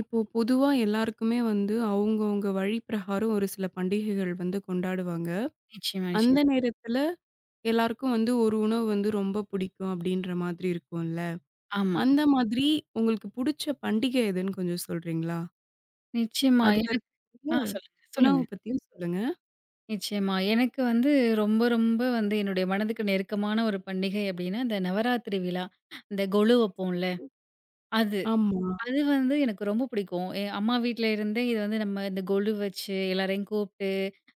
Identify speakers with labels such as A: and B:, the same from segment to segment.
A: இப்போ பொதுவா எல்லாருக்குமே வந்து அவங்கவங்க வழி பிரகாரம் ஒரு சில பண்டிகைகள் வந்து கொண்டாடுவாங்க.
B: நிச்சயமா,
A: அந்த
B: நிச்சயமா.
A: நேரத்துல எல்லாருக்கும் வந்து ஒரு உணவு வந்து ரொம்ப பிடிக்கும் அப்படின்ற மாதிரி இருக்கும்ல.
B: ஆமா.
A: அந்த மாதிரி உங்களுக்கு புடிச்ச பண்டிகை எதுன்னு கொஞ்சம் சொல்றீங்களா?
B: நிச்சயமா.
A: அதுல
B: எனக்கு
A: இருக்கக்கூடிய
B: சொல்லுங்க,
A: உணவு
B: சொல்லுங்க.
A: பத்தியும் சொல்லுங்க.
B: நிச்சயமா. எனக்கு ரொம்ப, ரொம்ப என்னுடைய மனதுக்கு நெருக்கமான ஒரு பண்டிகை அப்டின்னா, இந்த நவராத்திரி விழா. இந்த கொலு வப்போம்ல, அது.
A: ஆமா.
B: அது எனக்கு ரொம்ப பிடிக்கும். என் அம்மா வீட்ல இருந்தே இது நம்ம இந்த கொலு வச்சு, எல்லாரையும் கூப்ட்டு,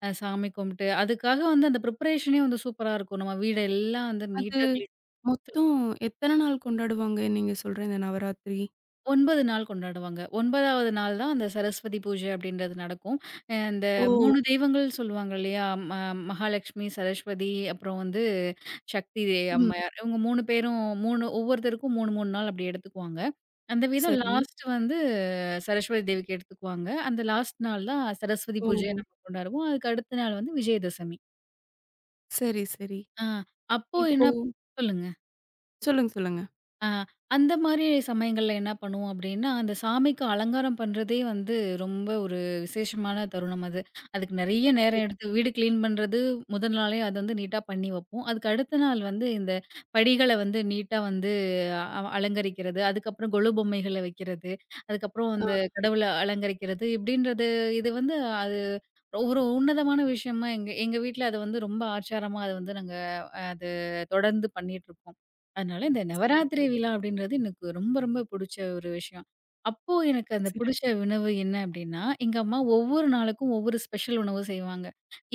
B: சாமி கும்பிட்டு, அதுக்காக அந்த ப்ரிப்பரேஷனே சூப்பரா இருக்கும். நம்ம வீடெல்லாம்
A: அது
B: நீட்டா கிளீன்
A: மொத்தம் எத்தன நாள் கொண்டாடுவாங்க நீங்க சொல்ற இந்த நவராத்திரி?
B: 9 நாள் கொண்டாடுவாங்க. 9வது நாள் தான் அந்த சரஸ்வதி பூஜை அப்படின்றது நடக்கும். இந்த
A: ஓ!
B: 3 தெய்வங்கள் சொல்லுவாங்க இல்லையா? ம மகாலட்சுமி, சரஸ்வதி அப்புறம் சக்தி
A: ம்.
B: அம்மையார். இவங்க 3 பேரும், 3 ஒவ்வொருத்தருக்கும் 3, 3 நாள் அப்படி எடுத்துக்குவாங்க. அந்த விதம்
A: சரி.
B: லாஸ்ட் சரஸ்வதி தேவிக்கு எடுத்துக்குவாங்க. அந்த லாஸ்ட் நாள் தான் சரஸ்வதி
A: ஓ!
B: பூஜைய நம்ம கொண்டாடுவோம். அதுக்கு அடுத்த நாள் விஜயதசமி.
A: சரி, சரி.
B: ஆ அப்போ
A: இப்போ
B: என்ன சொல்லுங்க.
A: சொல்லுங்க, சொல்லுங்க.
B: ஆ, அந்த மாரி சமயங்கள்ல என்ன பண்ணுவோம் அப்டின்னா, அந்த சாமிக்கு அலங்காரம் பண்றதே ரொம்ப ஒரு விசேஷமான தருணம் அது. அதுக்கு நெறைய
A: சரி.
B: நேரம் எடுத்து வீடு கிளீன் பண்றது முதல் நாளே அது நீட்டா பண்ணி வைப்போம். அதுக்கு அடுத்த நாள் இந்த படிகள நீட்டா அலங்கரிக்கிறது, அதுக்கப்புறம் கொலு பொம்மைகள வைக்கிறது, அதுக்கப்புறம் அந்த
A: ஆ
B: கடவுள அலங்கரிக்கிறது இப்டின்றது இது அது ஒரு உன்னதமான விஷயமா. எங்க எங்க வீட்ல அது ரொம்ப ஆச்சாரமா அது நாங்க அது தொடர்ந்து பண்ணிட்டுருக்கோம். அதனால இந்த நவராத்திரி
A: சிறப்பு,
B: விழா அப்படின்றது எனக்கு ரொம்ப ரொம்ப புடிச்ச ஒரு விஷயம். அப்போ எனக்கு அந்த புடிச்ச
A: சிறப்பு.
B: உணவு என்ன அப்படின்னா, எங்க அம்மா ஒவ்வொரு நாளுக்கும் ஒவ்வொரு ஸ்பெஷல் உணவு செய்வாங்க.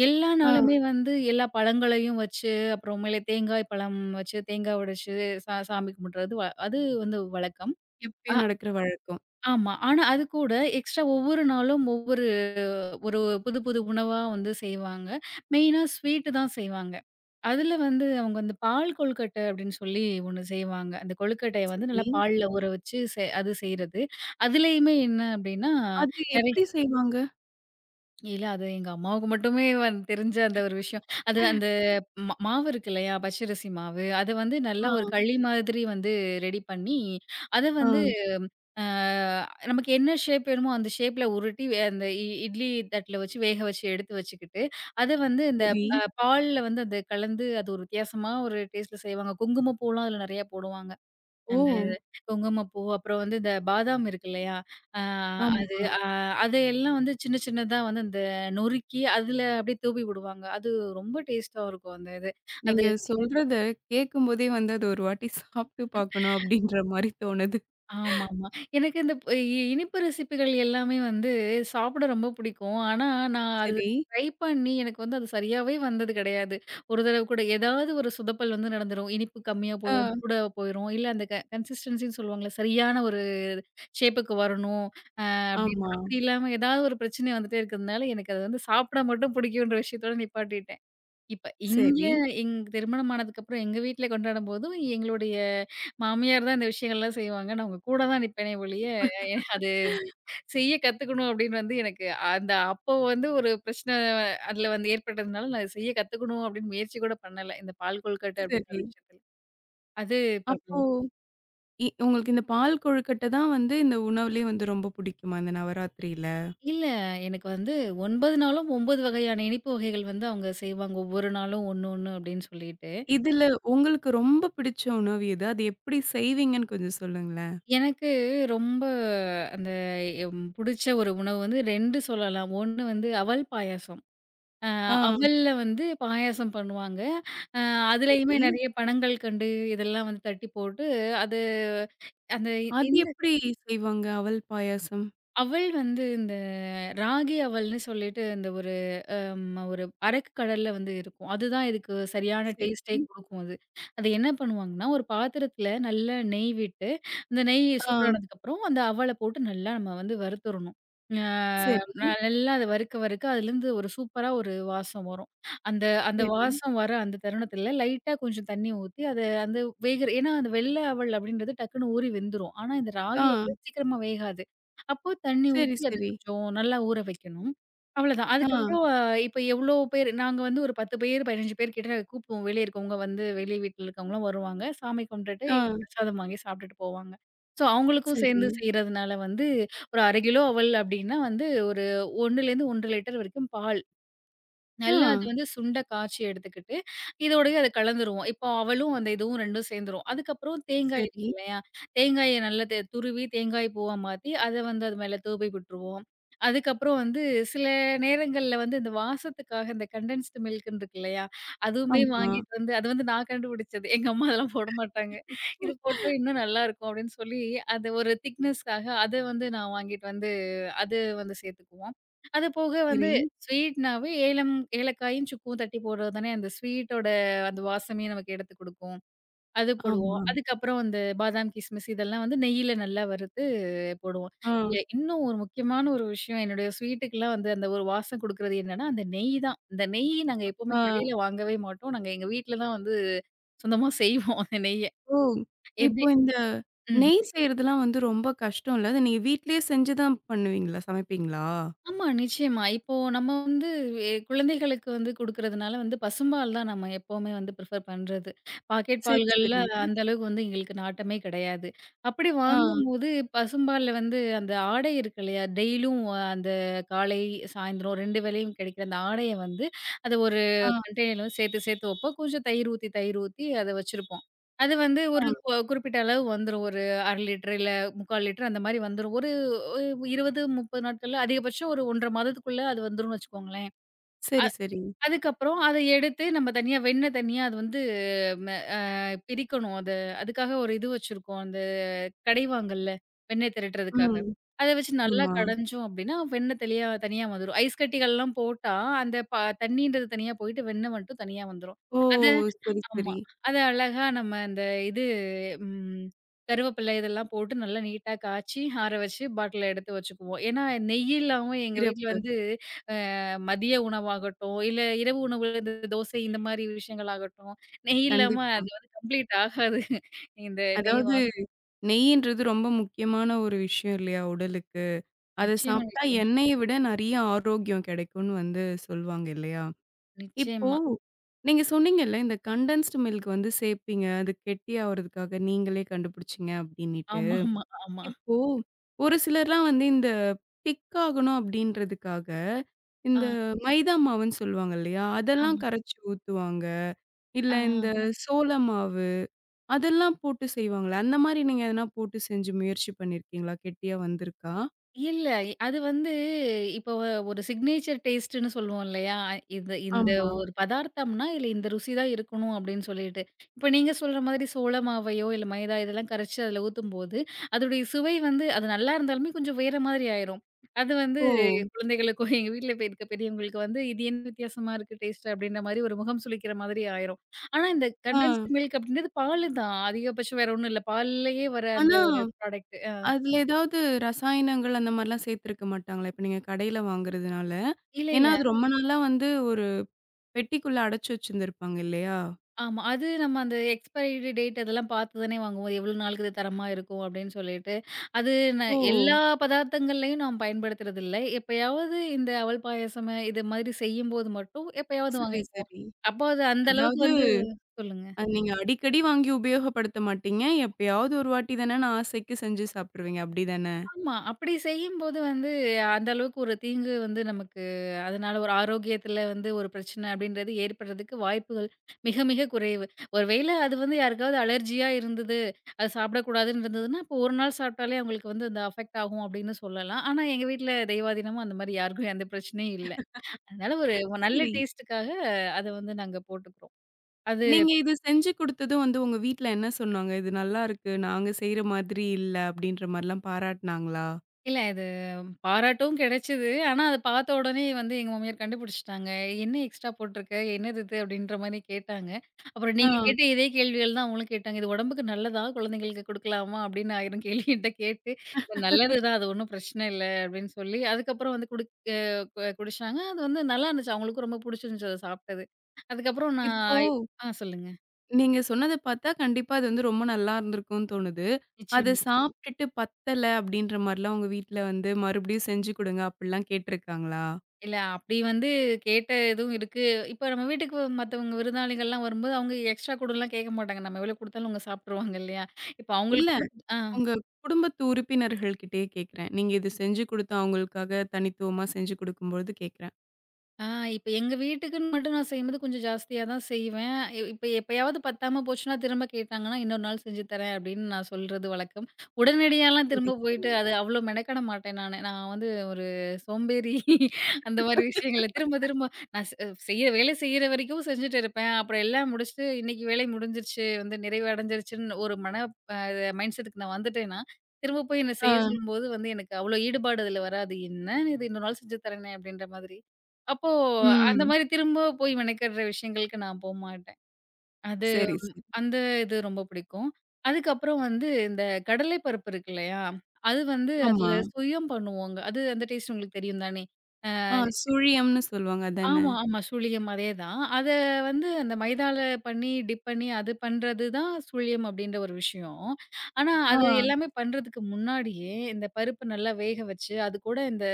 B: எல்லா
A: ஆ.
B: நாளுமே எல்லா பழங்களையும் வச்சு, அப்புறம் மேல தேங்காய் பழம் வச்சு, தேங்காய் உடைச்சு சாமி கும்பிடுறது, வ அது வந்து வழக்கம்.
A: எப்பயோ
B: அ
A: நடக்கிற வழக்கம்.
B: ஆமா. ஆனா அது கூட எக்ஸ்ட்ரா ஒவ்வொரு நாளும் ஒவ்வொரு ஒரு புது புது உணவா செய்வாங்க. மெயினா ஸ்வீட்டு தான் செய்வாங்க. அதுல அவங்க அந்த பால் கொழுக்கட்டை அப்படின்னு சொல்லி ஒண்ணு செய்வாங்க. அந்த கொழுக்கட்டைய
A: சரி.
B: நல்லா பால்ல ஊற வச்சு செ அது செய்றது. அதுலயுமே என்ன அப்படின்னா,
A: அது
B: நெறை
A: எப்படி செய்வாங்க?
B: இல்ல அது எங்க அம்மாவுக்கு மட்டுமே தெரிஞ்ச அந்த ஒரு விஷயம். அது அந்த மாவு இருக்கு இல்லையா? பச்சரிசி மாவு. அத நல்லா ஒரு
A: ஆ,
B: களி மாதிரி ரெடி பண்ணி, அத
A: ஆ,
B: வந்து ஆ நமக்கு என்ன ஷேப் வேணுமோ அந்த ஷேப்ல உருட்டி, வே அந்த இ இட்லி தட்டுல வச்சு வேக வச்சு எடுத்து வச்சுக்கிட்டு, அத வந்து இந்த
A: சரி.
B: அ பால்ல அது கலந்து அது ஒரு வித்தியாசமா ஒரு டேஸ்ட்ல செய்வாங்க. குங்குமப்பூலாம் அதில நெறையா போடுவாங்க.
A: ஓ!
B: அந்த குங்குமப்பூ, அப்புறம் இந்த பாதாம் இருக்கு இல்லையா? ஆ
A: ஆமா.
B: அது அ அதையெல்லாம் சின்ன சின்னதா அந்த நொறுக்கி, அதில அப்படியே தூவி விடுவாங்க. அது ரொம்ப டேஸ்ட்டா இருக்கும் அந்த இது. அது
A: நீங்க சொல்றத கேட்கும்போதே வந்து அது ஒரு வாட்டி சாப்பிட்டு பார்க்கணும் அப்படின்ற மாரி தோணுது.
B: ஆமாமா. எனக்கு இந்த ப் இ இனிப்பு ரெசிபிகள் எல்லாமே சாப்பிட ரொம்ப பிடிக்கும். ஆனா, நான் அது
A: சரி.
B: ட்ரை பண்ணி எனக்கு அது சரியாவே வந்தது கிடையாது. ஒரு தடவ கூட ஏதாவது ஒரு சுதப்பல் நடந்துரும். இனிப்பு கம்மியா போயிரும்,
A: ஆ,
B: கூட போயிரும். இல்ல அந்த கன்சிஸ்டன்சின்னு சொல்லுவாங்கல்ல, சரியான ஒரு ஷேப்புக்கு வரணும். அப்படி
A: ஆமா.
B: அப்படி இல்லாம ஏதாவது ஒரு பிரச்சனை வந்துட்டே இருக்கிறதுனால, எனக்கு அது சாப்பிட மட்டும் பிடிக்குன்ற விஷயத்தோட நிப்பாட்டிட்டேன். இப்ப இங்க
A: சரி.
B: திருமணம் ஆனதுக்கப்புறம் எங்க வீட்ல கொண்டாடும்போதும், எங்களுடைய மாமியார் தான் இந்த விஷயங்கள்லாம் செய்வாங்க. நான் அவங்க கூட தான் நிப்பேனே ஒழிய, அது செய்ய கத்துக்கணும் அப்படின்னு எனக்கு அந்த அப்போ ஒரு பிரச்சனை அதுல ஏற்பட்டதுனால, நான் அத செய்ய கத்துக்கணும் அப்படின்னு முயற்சி கூட பண்ணல. இந்த பால் கொழுக்கட்டை அப்படிங்கிற
A: சரி.
B: விஷயத்துல. அது
A: அப்போ
B: பண்ணுவேன்.
A: உங்களுக்கு இந்த பால் கொழுக்கட்ட தான் வந்து இந்த உணவுலயே வந்து ரொம்ப பிடிக்குமா? இந்த நவராத்திரியில?
B: இல்ல எனக்கு 9 நாளும் 9 வகையான இனிப்பு வகைகள் அவங்க செய்வாங்க. ஒவ்வொரு நாளும் ஒண்ணு, ஒண்ணு அப்படின்னு சொல்லிட்டு.
A: இதுல உங்களுக்கு ரொம்ப பிடிச்ச உணவு எது? அது எப்படி செய்வீங்கன்னு கொஞ்சம் சொல்லுங்களேன்?
B: எனக்கு ரொம்ப அந்த புடிச்ச ஒரு உணவு 2 சொல்லலாம். 1 அவல் பாயாசம். அ
A: ஆ,
B: அவல்ல பாயாசம் பண்ணுவாங்க. அ அதுலயுமே
A: சரி.
B: நெறைய பனங்கல்கண்டு இதெல்லாம் தட்டி போட்டு, அது அந்த
A: அது
B: இந்த
A: எப்படி செய்வாங்க? அவல் பாயாசம்.
B: அவல் இந்த ராகி அவல்ன்னு சொல்லிட்டு இந்த ஒரு ஒரு அரக்கு கடல்ல இருக்கும். அதுதான் இதுக்கு சரியான டேஸ்ட்டே
A: சரி.
B: குடுக்கும் அது. அது என்ன பண்ணுவாங்கன்னா, ஒரு பாத்திரத்துல நல்லா நெய் விட்டு, அந்த நெய்
A: ஆ.
B: சூடானதுக்கப்புறம் அந்த அவல போட்டு நல்லா நம்ம வறுத்துறணும். ஆ
A: சரி,
B: நல்லா அத வறுக்க வறுக்க அதுலேருந்து ஒரு சூப்பரா ஒரு வாசம் வரும். அந்த அந்த
A: சரி.
B: வாசம் வர அந்த தருணத்துல லைட்டா கொஞ்சம் தண்ணி ஊத்தி, அத அந்த வேகுற ஏன்னா அந்த வெள்ள அவல் அப்படின்றது டக்குனு ஊறி வெந்துரும். ஆனா இந்த ராகி
A: ஆ.
B: அவ்வளவு சீக்கிரமா வேகாது. அப்போ தண்ணி
A: சரி,
B: ஊத்தி அது
A: சரி.
B: கொஞ்சம் நல்லா ஊற வைக்கணும். அவ்வளதான்.
A: ஆ,
B: அதுக்கப்புறம் இப்ப எவ்ளோ பேர் நாங்க ஒரு 10 பேர், 15 பேர் கிட்ட கூப்புடுவோம். வெளிய இருக்கவங்க வெளி வீட்ல இருக்கவங்கலாம் வருவாங்க. சாமி கும்பிட்டுட்டு எங்க
A: ஆ.
B: பிரசாதம் வாங்கி சாப்பிட்டுட்டு போவாங்க. ஸோ அவங்களுக்கும்
A: சரி.
B: சேர்ந்து செய்றதுனால ஒரு 1/2 கிலோ அவல் அப்டின்னா ஒரு 1லேருந்து 1 1/2 லிட்டர் வரைக்கும் பால்
A: ஆ.
B: நல்லா அது சுண்ட காய்ச்சி எடுத்துக்கிட்டு, இதோடயே அத கலந்துருவோம். இப்போ அவலும் அந்த இதுவும் 2ம் சேர்ந்துரும். அதுக்கப்புறம் தேங்காய் இருக்கு
A: சரி.
B: இல்லையா? தேங்காய நல்லா துருவி தேங்காய் பூவா மாத்தி, அத அது மேல தூவி விட்டுருவோம். அதுக்கப்புறம் சில நேரங்கள்ல இந்த வாசத்துக்காக இந்த கண்டென்ஸ்டு மில்க்ன்னு இருக்கு இல்லையா? அதுவுமே
A: ஆமா.
B: வாங்கிட்டு அது நான் கண்டுபிடிச்சது. எங்க அம்மா அதெல்லாம் போட மாட்டாங்க. இது போட்டா இன்னும் நல்லாருக்கும் அப்படின்னு சொல்லி, அது ஒரு திக்னஸ்க்காக அத நான் வாங்கிட்டு அது சேர்த்துக்குவோம். அது போக வந்து
A: சரி.
B: ம். ஸ்வீட்னாவே ஏலக்காயும், சுக்கும் தட்டி போடுறது தானே அந்த ஸ்வீட்டோட அந்த வாசமே நமக்கு எடுத்து குடுக்கும். அது போடுவோம்.
A: ஆமா.
B: அதுக்கப்புறம் அந்த பாதாம், கிஸ்மிஸ் இதெல்லாம் நெய்யில நல்லா வறுத்து போடுவோம்.
A: ஆ,
B: இதுல இன்னும் ஒரு முக்கியமான ஒரு விஷயம், என்னுடைய ஸ்வீட்டுக்குலாம் அந்த ஒரு வாசம் குடுக்குறது என்னன்னா, அந்த நெய் தான். இந்த நெய் நாங்க எப்பவுமே
A: ஆ.
B: கடையில வாங்கவே மாட்டோம். நாங்க எங்க வீட்ல தான் சொந்தமா செய்வோம் அந்த நெய்ய.
A: ஓ!
B: எப்டி
A: இப்போ இந்த
B: ம்.
A: நெய் செய்றதெல்லாம் வந்து ரொம்ப கஷ்டம்ல. அத நீங்க வீட்லயே செஞ்சு தான் பண்ணுவீங்களா? சமைப்பீங்களா?
B: ஆமா, நிச்சயமா. இப்போ நம்ம வந்து எ குழந்தைகளுக்கு குடுக்குறதுனால பசும்பால் தான் நம்ம எப்பவுமே ப்ரிஃபர் பண்றது. பாக்கெட்
A: சரி,
B: பால்கள்ல
A: சரி.
B: அந்த அளவுக்கு எங்களுக்கு நாட்டமே கிடையாது. அப்படி
A: ஆ,
B: வாங்கும்போது பசும்பால்ல அந்த ஆடை இருக்கு இல்லையா? டெய்லியும் அந்த காலை, சாயந்தரம் 2 வேளையும் கிடைக்கிற அந்த ஆடைய அத ஒரு
A: ஆ,
B: கண்டெய்னர்ல சேர்த்து சேர்த்து வைப்போம். கொஞ்சம் தயிர் ஊத்தி, தயிர் ஊத்தி அத வச்சிருப்போம். அது
A: ஆ.
B: ஒரு குறிப்பிட்ட அளவு வந்துரும். ஒரு 1/2 லிட்டர் இல்ல 3/4 லிட்டர் அந்த மாரி வந்துரும். ஒரு ஒரு 20, 30 நாட்கள்ல அதிகபட்சம் ஒரு 1 1/2 மாதத்துக்குள்ள அது வந்துரும்னு வச்சுக்கோங்களேன். அ
A: சரி, சரி.
B: அதுக்கப்புறம் அத எடுத்து நம்ம தனியா வெண்ணெய் தனியா அது வந்து ம அ பிரிக்கணும். அத அதுக்காக ஒரு இது வச்சிருக்கோம். அந்த கடைவாங்கல்ல வெண்ணெய் திரட்டுறதுக்காக.
A: ம்.
B: அத வச்சு நல்லா
A: ஆமா.
B: கடைஞ்சோம் அப்டின்னா, வெண்ணெய் தெளியா தனியா வந்துரும். ஐஸ் கட்டிகள்லாம் போட்டா, அந்த ப தண்ணீன்றது தனியா போயிட்டு, வெண்ணெய் மட்டும் தனியா வந்துரும்.
A: ஓ!
B: அத
A: சரி,
B: ஆமா.
A: சரி.
B: அத அழகா நம்ம அந்த இது ம் கருவேப்பிலை இதெல்லாம் போட்டு நல்லா நீட்டா காய்ச்சி, ஆற வச்சு பாட்டில்ல எடுத்து வச்சுக்குவோம். ஏன்னா, நெய் இல்லாம எங்க வீட்ல
A: சிறப்பு.
B: வந்து அ மதிய உணவாகட்டும், இல்ல இரவு உணவு இந்த தோசை இந்த மாரி விஷயங்கள் ஆகட்டும், நெய் இல்லாம
A: கண்டிப்பா.
B: அது கம்ப்ளீட் ஆகாது. இந்த நெய்
A: அதாவது
B: வாசம்
A: நெய்யின்றது ரொம்ப முக்கியமான ஒரு விஷயம் இல்லையா உடலுக்கு. அத
B: நிச்சயமா,
A: சாப்பிட்டா
B: நிச்சயமா,
A: எண்ணெய விட நெறைய ஆரோக்கியம் கிடைக்கும்னு வந்து சொல்வாங்க இல்லையா? இப்போ
B: நிச்சயமா.
A: நீங்க சொன்னீங்கல்ல, இந்த கண்டென்ஸ்டு மில்க் வந்து சேர்ப்பீங்க. அது கெட்டியாவறதுக்காக நீங்களே கண்டுபிடிச்சீங்க அப்டின்னிட்டு.
B: ஆமாமா, ஆமா.
A: இப்போ ஒரு சிலர்லாம் வந்து இந்த திக் ஆகணும் அப்டின்றதுக்காக,
B: ஆ,
A: இந்த
B: ஆ,
A: மைதா மாவுன்னு சொல்லுவாங்க இல்லையா? அதெல்லாம்
B: ஆமா
A: கரைச்சு ஊத்துவாங்க. இல்ல
B: ஆ.
A: இந்த சோள மாவு அதெல்லாம் போட்டு செய்வாங்களே! அந்த மாரி நீங்க எதனா போட்டு செஞ்சு முயற்சி பண்ணியிருக்கீங்களா? கெட்டியா வந்திருக்கா?
B: இல்ல. இ- அது வந்து இப்போ ஒரு சிக்னேச்சர் டேஸ்ட்டுன்னு சொல்லுவோம் இல்லையா? இது இந்த
A: ஆமா.
B: ஒரு பதார்த்தம்னா, இதுல இந்த ருசி தான் இருக்கணும் அப்படின்னு சொல்லிட்டு. இப்ப நீங்க சொல்ற மாதிரி சோள மாவையோ, இல்ல மைதா இதெல்லாம் கரைச்சு அதுல ஊத்தும்போது, அதோடைய சுவை அது நல்லா இருந்தாலுமே கொஞ்சம் வேற மாதிரி ஆயிரும். அது வந்து
A: ஓ!
B: குழந்தைகளுக்கோ, எங்க வீட்ல இப்ப இருக்க பெரியவங்களுக்கு "இது என்ன வித்தியாசமா இருக்கு டேஸ்ட்" அப்படின்ற மாதிரி ஒரு முகம் சுளிக்கிற மாதிரி ஆயிரும். ஆனா இந்த
A: ஆ.
B: கண்டென்ஸ்டு மில்க் அப்படின்றது பாலு தான். அதிகபட்சம் வேற ஒண்ணும் இல்ல. பால்லயே வர அந்த
A: ஆனா,
B: ஒரு ப்ராடக்ட்.
A: அதுல ஏதாவது ரசாயனங்கள் அந்த மாரிலாம் சேர்த்திருக்க மாட்டாங்களா? இப்ப நீங்க கடையில வாங்குறதுனால.
B: இல்ல, இல்ல.
A: ஏன்னா, அது ரொம்ப நாளா வந்து ஒரு பெட்டிக்குள்ள அடைச்சு வச்சிருந்திருப்பாங்க இல்லையா?
B: ஆமா. அது நம்ம அந்த எக்ஸ்பைரி டேட் அதெல்லாம் பார்த்து தானே வாங்குவோம். எவ்வளோ நாளுக்கு இது தரமா இருக்கும் அப்படின்னு சொல்லிட்டு. அது ந
A: ஓ!
B: எல்லா பதார்த்தங்கள்லயும் நாம் பயன்படுத்துறதில்ல. எப்பயாவது இந்த அவல் பாயாசம் இது மாதிரி செய்யும்போது மட்டும் எப்பயாவது
A: சரி,
B: வாங்கிக்குவோம்.
A: சரி.
B: அப்போ அது அந்த அளவுக்கு
A: அதாவது
B: சொல்லுங்க.
A: அத நீங்க அடிக்கடி வாங்கி உபயோகப்படுத்த மாட்டீங்க. எப்பயாவது ஒரு வாட்டி தானேன்னு ஆசைக்கு செஞ்சு சாப்பிட்டுருவீங்க. அப்டிதானே?
B: ஆமா. அப்படி செய்யும்போது அந்த அளவுக்கு ஒரு தீங்கு நமக்கு அதனால ஒரு ஆரோக்கியத்தில ஒரு பிரச்சனை அப்படின்றது ஏற்படுறதுக்கு வாய்ப்புகள் மிக மிக குறைவு. ஒரு வேளை அது யாருக்காவது அலர்ஜியா இருந்தது, அது சாப்பிடக்கூடாதுன்னு இருந்ததுன்னா, அப்போ ஒரு நாள் சாப்பிட்டாலே அவங்களுக்கு அந்த அஃபெக்ட் ஆகும் அப்படின்னு சொல்லலாம். ஆனா எங்க வீட்ல தெய்வாதீனமா அந்த மாரி யாருக்கும் எந்த பிரச்சனையும் இல்ல. அதனால ஒரு நல்ல
A: சரி.
B: டேஸ்ட்டுக்காக அத நாங்க போட்டுக்கிறோம். அது
A: நீங்க இது செஞ்சு குடுத்ததும் வந்து உங்க வீட்ல என்ன சொன்னாங்க? இது நல்லாருக்கு. நாங்க செய்ற மாதிரி இல்ல அப்படின்ற மாரிலாம் பாராட்டுனாங்களா?
B: இல்ல இது பாராட்டும் கிடைச்சது. ஆனா, அத பார்த்த உடனே எங்க மாமியார் கண்டுபிடிச்சுட்டாங்க. "என்ன எக்ஸ்ட்ரா போட்டிருக்க? என்னது இது?" அப்படின்ற மாரி கேட்டாங்க. அப்புறம்
A: ஆ.
B: நீங்க கேட்ட இதே கேள்விகள் தான் அவங்களும் கேட்டாங்க. "இது உடம்புக்கு நல்லதா? குழந்தைங்களுக்கு குடுக்கலாமா?" அப்படின்னு 1000 கேள்வி என்ட்ட கேட்டு, "இது நல்லது தான். அது ஒண்ணும் பிரச்சனை இல்ல." அப்படின்னு சொல்லி அதுக்கப்புறம் வந்து குடுக் அ கு குடிச்சாங்க. அது நல்லாருந்துச்சு. அவங்களுக்கும் ரொம்ப புடிச்சிருந்துச்சு அத சாப்பிட்டது. அதுக்கப்புறம்
A: இப்போ
B: நான் இப் ஆ சொல்லுங்க.
A: நீங்க சொன்னத பார்த்தா கண்டிப்பா அது வந்து ரொம்ப நல்லா இருந்திருக்கும்னு தோணுது. அத
B: நிச்சயமா.
A: சாப்பிட்டுட்டு பத்தல அப்படின்ற மாரிலாம் உங்க வீட்ல வந்து மறுபடியும் செஞ்சு குடுங்க அப்படிலாம் கேட்டிருக்காங்களா?
B: இல்ல அப்படி கேட்ட இதுவும் இருக்கு. இப்ப நம்ம வீட்டுக்கு மத்தவங்க விருந்தாளிகள்லாம் வரும்போது, அவங்க எக்ஸ்ட்ரா கூடலாம் கேட்க மாட்டாங்க. நம்ம எவ்வளோ குடுத்தாலும் அவங்க சாப்ட்டுருவாங்க இல்லையா? இப்ப
A: இல்ல
B: அவங்களுக்கு குடுத் ஆ.
A: உங்க குடும்பத்து உறுப்பினர்கள் கிட்டயே கேட்கிறேன். நீங்க இது செஞ்சு குடுத்து அவங்களுக்காக தனித்துவமா செஞ்சு குடுக்கும்பொழுது கேட்கிறேன்.
B: ஆ இப்ப எங்க வீட்டுக்குன்னு மட்டும் நான் செய்யும்போது கொஞ்சம் ஜாஸ்தியா தான் செய்வேன். இப்ப எப்பயாவது பத்தாம போச்சுன்னா, திரும்ப கேட்டாங்கன்னா, "இன்னொரு நாள் செஞ்சு தரேன்" அப்படின்னு நான் சொல்றது வழக்கம். உடனடியாலாம்
A: சரி,
B: திரும்ப
A: சரி.
B: போயிட்டு அது அவ்வளோ மெனக்கட மாட்டேன் நானு. நான் ஒரு சோம்பேறி. அந்த மாரி விஷயங்கள திரும்ப திரும்ப நான் செய்ய வேலை செய்யற வரைக்கும் செஞ்சுட்டு இருப்பேன். அப்புறம் எல்லாம் முடிச்சுட்டு இன்னைக்கு வேலை முடிஞ்சிருச்சு, நிறைவு அடைஞ்சிருச்சுன்னு ஒரு மன அ மைண்ட் செட்டுக்கு நான் வந்துட்டேன்னா, திரும்ப போய் என்ன செய்ய
A: ஆ.
B: சொல்லும்போது எனக்கு அவ்வளோ ஈடுபாடு அதில வராது. "என்ன இது இன்னொரு நாள் செஞ்சு தரேனே" அப்படின்ற மாதிரி. அப்போ அந்த
A: ம்.
B: மாரி திரும்ப போய் மெனக்கெடுற விஷயங்களுக்கு நான் போமாட்டேன். அது
A: சரி, சரி.
B: அந்த இது ரொம்ப பிடிக்கும். அதுக்கப்புறம் இந்த கடலை பருப்பு இருக்கு இல்லையா? அது
A: ஆமா.
B: அதுல சுயம் பண்ணுவோங்க. அது அந்த டேஸ்ட் உங்களுக்கு தெரியும் தானே?
A: ஆ சுழியம்ன்னு சொல்லுவாங்க அதானே?
B: ஆமா, ஆமா. சுழியம் அதேதான். அத அந்த மைதால பண்ணி டிப் பண்ணி அது பண்றது தான் சுழியம் அப்படின்ற ஒரு விஷயம். ஆனா
A: ஆ
B: அது ம். எல்லாமே பண்றதுக்கு முன்னாடியே இந்த பருப்பு நல்லா வேக வச்சு, அது கூட இந்த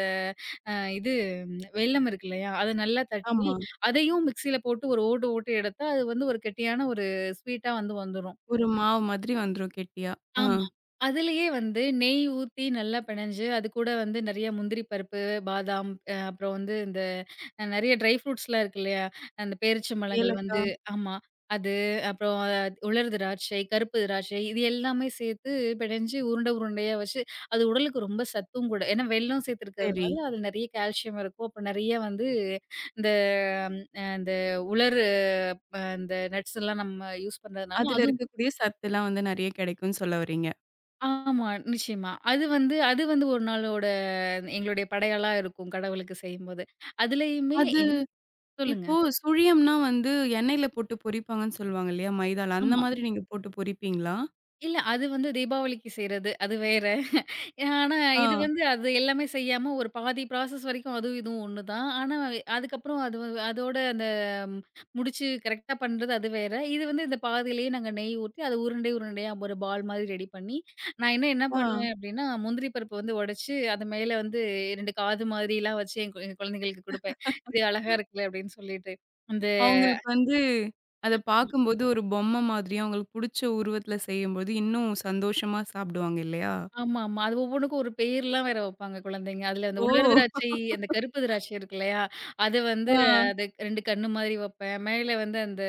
B: அ இது ம், வெல்லம் இருக்கு இல்லையா? அத நல்லா தட்டி
A: ஆமா.
B: அதையும் மிக்ஸியில போட்டு ஒரு ஓட்டு ஓட்டு எடுத்தா, அது ஒரு கெட்டியான ஒரு ஸ்வீட்டா வந்துரும்.
A: ஒரு மாவு மாதிரி வந்துரும் கெட்டியா. ஆ.
B: ஆமா. அதிலேயே நெய் ஊத்தி நல்லா பெனஞ்சு, அதுக்கூட நெறைய முந்திரி பருப்பு, பாதாம் அப்புறம் வந்து இந்த அ நெறைய ட்ரை ஃப்ரூட்ஸ்லாம் இருக்கு இல்லையா? அந்த பேரிச்சம்பழங்கள்
A: ஏலக்காய்
B: ஆமா. அது அப்புறம் உலர் திராட்சை, கருப்பு திராட்சை இது எல்லாமே சேர்த்து பெனஞ்சு உருண்ட உருண்டையா வச்சு, அது உடலுக்கு ரொம்ப சத்தும் கூட. ஏன்னா வெல்லம்
A: சரி.
B: சேர்த்துருக்கிறதுனால அதுல நெறைய கால்சியம் இருக்கும். அப்ப நெறைய வந்து இந்த அ இந்த உலர் அ இந்த நட்ஸ்லாம் நம்ம யூஸ் பண்றதுனால
A: அதுல
B: அதுவும்
A: இருக்கக்கூடிய சத்துலாம் வந்து நெறைய கிடைக்கும்னு சொல்ல வரீங்க.
B: ஆமா. நிச்சயமா. அது வந்து ஒரு நாளோட எங்களுடைய படையலா இருக்கும் கடவுளுக்கு செய்யும்போது. அதுலயுமே
A: அது
B: எங் சொல்லுங்க.
A: இப்போ சுழியம்னா வந்து எண்ணெயில போட்டு பொரிப்பாங்கன்னு சொல்லுவாங்க இல்லையா? மைதால. அந்த
B: ஆமா.
A: மாதிரி நீங்க போட்டு பொரிப்பீங்களா?
B: இல்ல அது தீபாவளிக்கு செய்றது. அது வேற. ஆனா, இது
A: ஆ,
B: அது எல்லாமே செய்யாம ஒரு பாதி ப்ராசஸ் வரைக்கும் அதுவும் இதுவும் ஒண்ணுதான். ஆனா, அதுக்கப்புறம் அது வ அதோட அந்த ம், முடிச்சு கரெக்ட்டா பண்றது அது வேற. இது இந்த பாதியிலேயே நாங்க நெய் ஊத்தி, அத உருண்டை உருண்டையா ஒரு பால் மாதிரி ரெடி பண்ணி, நான் இன்னும் என்ன
A: ஆ.
B: பண்ணுவேன் அப்டின்னா, முந்திரி பருப்பு உடைச்சு, அது மேல 2 காது மாதிரிலாம் வச்சு என் குழந்தைங்களுக்கு குடுப்பேன். "இது அழகா இருக்குல்ல" அப்டின்னு சொல்லிட்டு. அந்த
A: அவங்களுக்கு வந்து அத பார்க்கும்போது ஒரு பொம்மை மாதிரியும், அவங்களுக்கு புடிச்ச உருவத்துல செய்யும்போது இன்னும் சந்தோஷமா சாப்பிடுவாங்க இல்லையா?
B: ஆமாமா. அது ஒவ்வொன்னுக்கும் ஒரு பேர்லாம் வேற வைப்பாங்க குழந்தைங்க. அதுல அந்த
A: ஓ!
B: உலர் திராட்சை, அந்த கருப்பு திராட்சை இருக்கு இல்லையா? அது வந்து
A: ஆ,
B: அது 2 கண்ணு மாதிரி வைப்பேன். மேல அந்த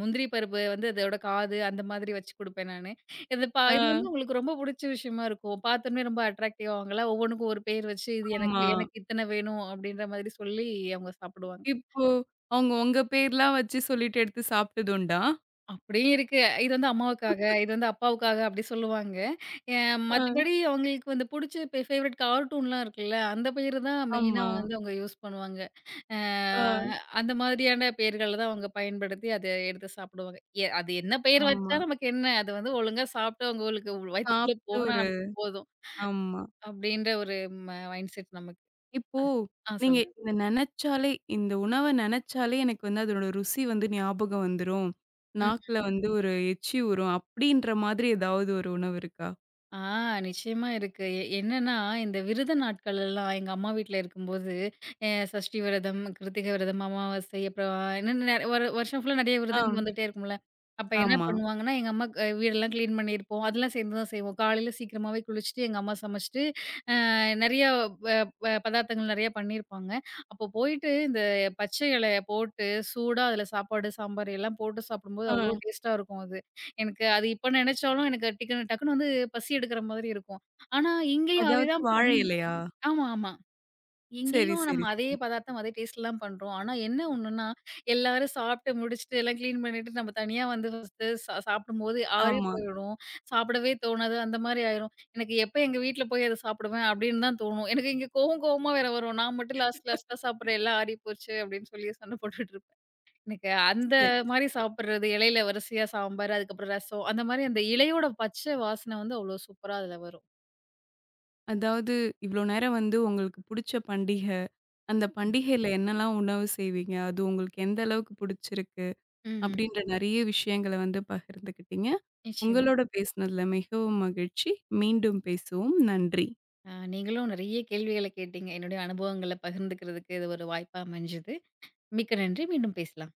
B: முந்திரி பருப்பு அதோட காது அந்த மாதிரி வச்சு குடுப்பேன் நானு. இது
A: ஆ.
B: உங்களுக்கு ரொம்ப புடிச்ச விஷயமா இருக்கும். பார்த்தோனே ரொம்ப அட்ராக்டிவ் ஆவாங்களா? ஒவ்வொன்னுக்கும் ஒரு பேர் வச்சு, இது எனக்கு
A: ஆமா.
B: எனக்கு இத்தன வேணும் அப்படின்ற மாதிரி சொல்லி அவங்க சாப்பிடுவாங்க.
A: இப்போ அவங்க உங்க பேர்லாம் வச்சு சொல்லிட்டு எடுத்து சாப்பிட்டது உண்டா?
B: அப்படியும் இருக்கு. இது அம்மாவுக்காக, இது அப்பாவுக்காக அப்படி சொல்லுவாங்க. அ
A: ஆ.
B: மத்தபடி அவங்களுக்கு புடிச்ச ஃபேவரைட் கார்ட்டூன்லாம் இருக்குல்ல, அந்த பேரு தான் மெயினா
A: ஆமா.
B: அவங்க யூஸ் பண்ணுவாங்க. அ
A: ஆ.
B: ஆ. அந்த மாதிரியான பெயர்கள தான் அவங்க பயன்படுத்தி அத எடுத்து சாப்பிடுவாங்க. அது என்ன பெயர்
A: ஆமா.
B: வச்சா நமக்கு என்ன? அது ஒழுங்கா சாப்பிட்டு அவங்களுக்கு வயித்துக்குள்ள
A: சாப்ட்டு
B: போனா
A: ஒரு
B: நமக்கு போதும்.
A: ஆமா.
B: அப்படின்ற ஒரு மைண்ட் செட் நமக்கு.
A: இப்போ நீங்க
B: சொல்லுங்க.
A: இத நெனச்சாலே இந்த உணவ நெனச்சாலே எனக்கு வந்து அதோட ருசி வந்து ஞாபகம் வந்துரும். நாக்குல வந்து ஒரு எச்சி ஊரும். அப்படின்ற மாதிரி ஏதாவது ஒரு உணவு இருக்கா?
B: ஆ நிச்சயமா இருக்கு. என்னன்னா, இந்த விரத நாட்கள் எல்லாம் எங்க அம்மா வீட்ல இருக்கும்போது, சஷ்டி விரதம், கிருத்திகை விரதம், அமாவாசை, அப்புறம் இன்னும் ஒரு வருஷம் ஃபுல்லா நெறைய
A: ஆ.
B: விரதங்கள் வந்துட்டே இருக்கும்ல. அப்ப என்ன
A: ஆமா.
B: பண்ணுவாங்கன்னா, எங்க அம்மா வீடெல்லாம் கிளீன் பண்ணியிருப்போம். அதெல்லாம் சேர்ந்து தான் செய்வோம். காலையில சீக்கிரமாவே குளிச்சுட்டு, எங்க அம்மா சமைச்சுட்டு, அ நெறைய ப ப பதார்த்தங்கள் நெறைய பண்ணியிருப்பாங்க. அப்போ போயிட்டு இந்த பச்சை இலைய போட்டு, சூடா அதில சாப்பாடு, சாம்பார் எல்லாம் போட்டு சாப்பிடும்போது அவ்ளோ
A: ஆ.
B: டேஸ்ட்டா இருக்கும் அது. எனக்கு அது இப்ப நினைச்சாலும் எனக்கு டிக்குனு டக்குன்னு பசி எடுக்கிற மாதிரி இருக்கும். ஆனா, இங்கேயும் அதே
A: அதாவது
B: தான்
A: வாழை இலையா?
B: ஆமா, ஆமா.
A: சரி,
B: இங்கேயும் நம்ம
A: சரி,
B: அதே
A: சரி.
B: பதார்த்தம், அதே டேஸ்ட்ல தான் பண்றோம். ஆனா, என்ன ஒண்ணுன்னா, எல்லாரும் சாப்பிட்டு முடிச்சுட்டு, எல்லாம் கிளீன் பண்ணிட்டு நம்ம தனியா ஃபர்ஸ்ட்டு சாப்பிடும்போது ஆறி
A: ஆமா.
B: போயிடும். சாப்பிடவே தோணாது. அந்த மாரி ஆயிரும். எனக்கு எப்ப எங்க வீட்ல போய் அத சாப்பிடுவேன் அப்படின்னு தான் தோணும். எனக்கு இங்க கோவம் கோவமா வேற வரும். நான் மட்டும் லாஸ்ட் லாஸ்ட்டா சாப்பிடுறேன். எல்லாம் ஆறி போச்சு அப்படின்னு சொல்லி சண்டை போட்டுட்டு இருப்பேன். எனக்கு அந்த
A: சரி.
B: மாரி சாப்பிடுறது, இலையில வரிசையா சாம்பார், அதுக்கப்புறம் ரசம், அந்த மாரி அந்த இலையோட பச்சை வாசனை அவ்வளோ சூப்பரா அதில வரும்.
A: அதாவது இவ்வளோ நேரம் வந்து உங்களுக்கு புடிச்ச பண்டிகை, அந்த பண்டிகையில என்னலாம் உணவு செய்வீங்க? அது உங்களுக்கு எந்த அளவுக்கு புடிச்சிருக்கு?
B: ம்ஹ்ம்.
A: அப்படின்ற நெறைய விஷயங்கள வந்து பகிர்ந்துக்கிட்டீங்க.
B: நிச்சயமா.
A: உங்களோட பேசினதுல மிகவும் மகிழ்ச்சி. மீண்டும் பேசுவோம். நன்றி.
B: நீங்களும் நெறைய கேள்விகள கேட்டீங்க. என்னுடைய அனுபவங்கள பகிர்ந்துக்கிறதுக்கு இது ஒரு வாய்ப்பா அமைஞ்சது. மிக்க நன்றி. மீண்டும் பேசலாம்.